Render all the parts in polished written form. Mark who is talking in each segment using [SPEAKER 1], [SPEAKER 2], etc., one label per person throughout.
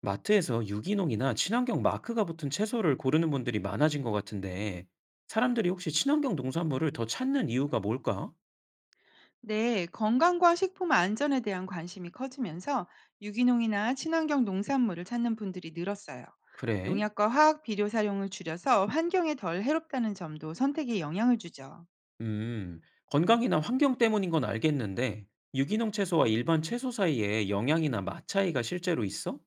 [SPEAKER 1] 마트에서 유기농이나 친환경 마크가 붙은 채소를 고르는 분들이 많아진 것 같은데, 사람들이 혹시 친환경 농산물을 더 찾는 이유가 뭘까?
[SPEAKER 2] 네, 건강과 식품 안전에 대한 관심이 커지면서 유기농이나 친환경 농산물을 찾는 분들이 늘었어요.
[SPEAKER 1] 그래?
[SPEAKER 2] 농약과 화학 비료 사용을 줄여서 환경에 덜 해롭다는 점도 선택에 영향을 주죠.
[SPEAKER 1] 음, 건강이나 환경 때문인 건 알겠는데, 유기농 채소와 일반 채소 사이에 영양이나 맛 차이가 실제로 있어?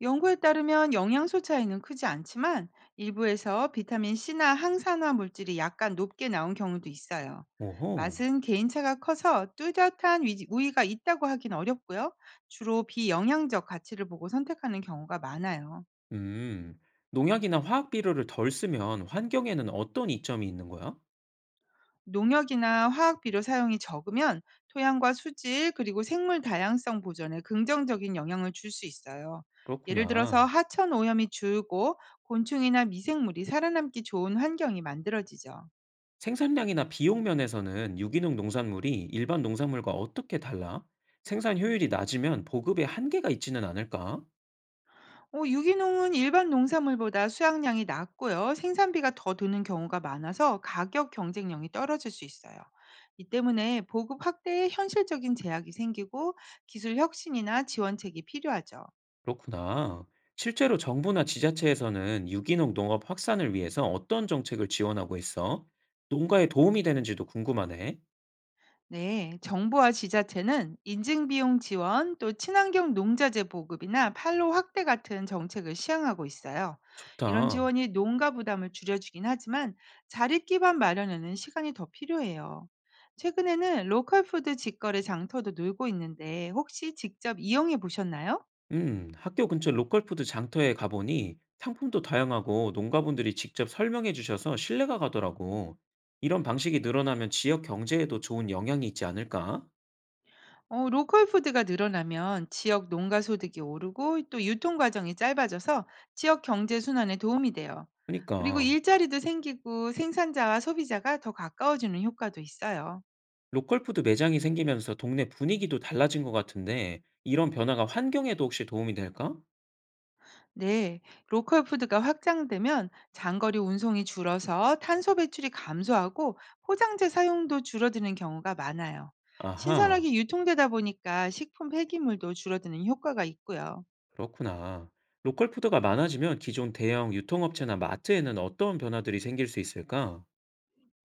[SPEAKER 2] 연구에 따르면 영양소 차이는 크지 않지만 일부에서 비타민 C나 항산화 물질이 약간 높게 나온 경우도 있어요.
[SPEAKER 1] 오호,
[SPEAKER 2] 맛은 개인차가 커서 뚜렷한 우위가 있다고 하긴 어렵고요. 주로 비영양적 가치를 보고 선택하는 경우가 많아요.
[SPEAKER 1] 음, 농약이나 화학 비료를 덜 쓰면 환경에는 어떤 이점이 있는 거야?
[SPEAKER 2] 농약이나 화학 비료 사용이 적으면 토양과 수질 그리고 생물 다양성 보존에 긍정적인 영향을 줄 수 있어요. 예를 들어서
[SPEAKER 1] 그렇구나.
[SPEAKER 2] 하천 오염이 줄고 곤충이나 미생물이 살아남기 좋은 환경이 만들어지죠.
[SPEAKER 1] 생산량이나 비용 면에서는 유기농 농산물이 일반 농산물과 어떻게 달라? 생산 효율이 낮으면 보급에 한계가 있지는 않을까?
[SPEAKER 2] 유기농은 일반 농산물보다 수확량이 낮고요. 생산비가 더 드는 경우가 많아서 가격 경쟁력이 떨어질 수 있어요. 이 때문에 보급 확대에 현실적인 제약이 생기고 기술 혁신이나 지원책이 필요하죠.
[SPEAKER 1] 그렇구나. 실제로 정부나 지자체에서는 유기농 농업 확산을 위해서 어떤 정책을 지원하고 있어? 농가에 도움이 되는지도 궁금하네.
[SPEAKER 2] 네, 정부와 지자체는 인증비용 지원, 또 친환경 농자재 보급이나 판로 확대 같은 정책을 시행하고 있어요. 이런
[SPEAKER 1] 좋다.
[SPEAKER 2] 지원이 농가 부담을 줄여주긴 하지만 자립 기반 마련에는 시간이 더 필요해요. 최근에는 로컬 푸드 직거래 장터도 늘고 있는데 혹시 직접 이용해 보셨나요?
[SPEAKER 1] 학교 근처 로컬푸드 장터에 가보니 상품도 다양하고 농가분들이 직접 설명해 주셔서 신뢰가 가더라고. 이런 방식이 늘어나면 지역 경제에도 좋은 영향이 있지 않을까?
[SPEAKER 2] 어 로컬 푸드가 늘어나면 지역 농가 소득이 오르고 또 유통 과정이 짧아져서 지역 경제 순환에 도움이 돼요. 그리고
[SPEAKER 1] 그니까.
[SPEAKER 2] 일자리도 생기고 생산자와 소비자가 더 가까워지는 효과도 있어요.
[SPEAKER 1] 로컬 푸드 매장이 생기면서 동네 분위기도 달라진 것 같은데, 이런 변화가 환경에도 혹시 도움이 될까?
[SPEAKER 2] 네, 로컬 푸드가 확장되면 장거리 운송이 줄어서 탄소 배출이 감소하고 포장재 사용도 줄어드는 경우가 많아요.
[SPEAKER 1] 아하,
[SPEAKER 2] 신선하게 유통되다 보니까 식품 폐기물도 줄어드는 효과가 있고요.
[SPEAKER 1] 그렇구나. 로컬 푸드가 많아지면 기존 대형 유통업체나 마트에는 어떤 변화들이 생길 수 있을까?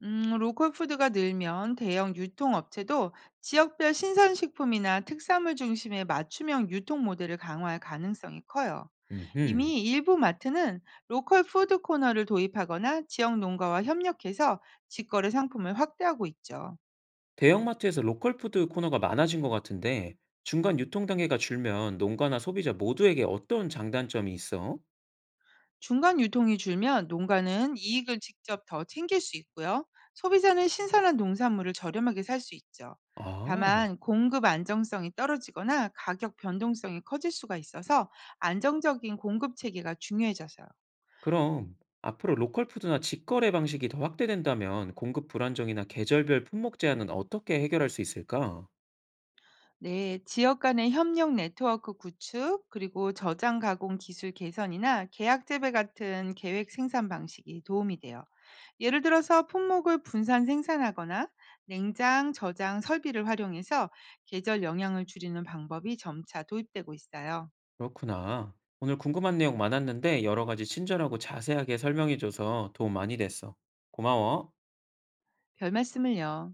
[SPEAKER 2] 로컬푸드가 늘면 대형 유통업체도 지역별 신선식품이나 특산물 중심의 맞춤형 유통 모델을 강화할 가능성이 커요.
[SPEAKER 1] 음흠.
[SPEAKER 2] 이미 일부 마트는 로컬 푸드 코너를 도입하거나 지역 농가와 협력해서 직거래 상품을 확대하고 있죠.
[SPEAKER 1] 대형마트에서 로컬 푸드 코너가 많아진 것 같은데, 중간 유통 단계가 줄면 농가나 소비자 모두에게 어떤 장단점이 있어?
[SPEAKER 2] 중간 유통이 줄면 농가는 이익을 직접 더 챙길 수 있고요. 소비자는 신선한 농산물을 저렴하게 살 수 있죠.
[SPEAKER 1] 아.
[SPEAKER 2] 다만 공급 안정성이 떨어지거나 가격 변동성이 커질 수가 있어서 안정적인 공급 체계가 중요해져서요.
[SPEAKER 1] 그럼 앞으로 로컬 푸드나 직거래 방식이 더 확대된다면 공급 불안정이나 계절별 품목 제한은 어떻게 해결할 수 있을까?
[SPEAKER 2] 네, 지역 간의 협력 네트워크 구축, 그리고 저장 가공 기술 개선이나 계약 재배 같은 계획 생산 방식이 도움이 돼요. 예를 들어서 품목을 분산 생산하거나 냉장, 저장 설비를 활용해서 계절 영향을 줄이는 방법이 점차 도입되고 있어요.
[SPEAKER 1] 그렇구나. 오늘 궁금한 내용 많았는데 여러 가지 친절하고 자세하게 설명해줘서 도움 많이 됐어. 고마워.
[SPEAKER 2] 별 말씀을요.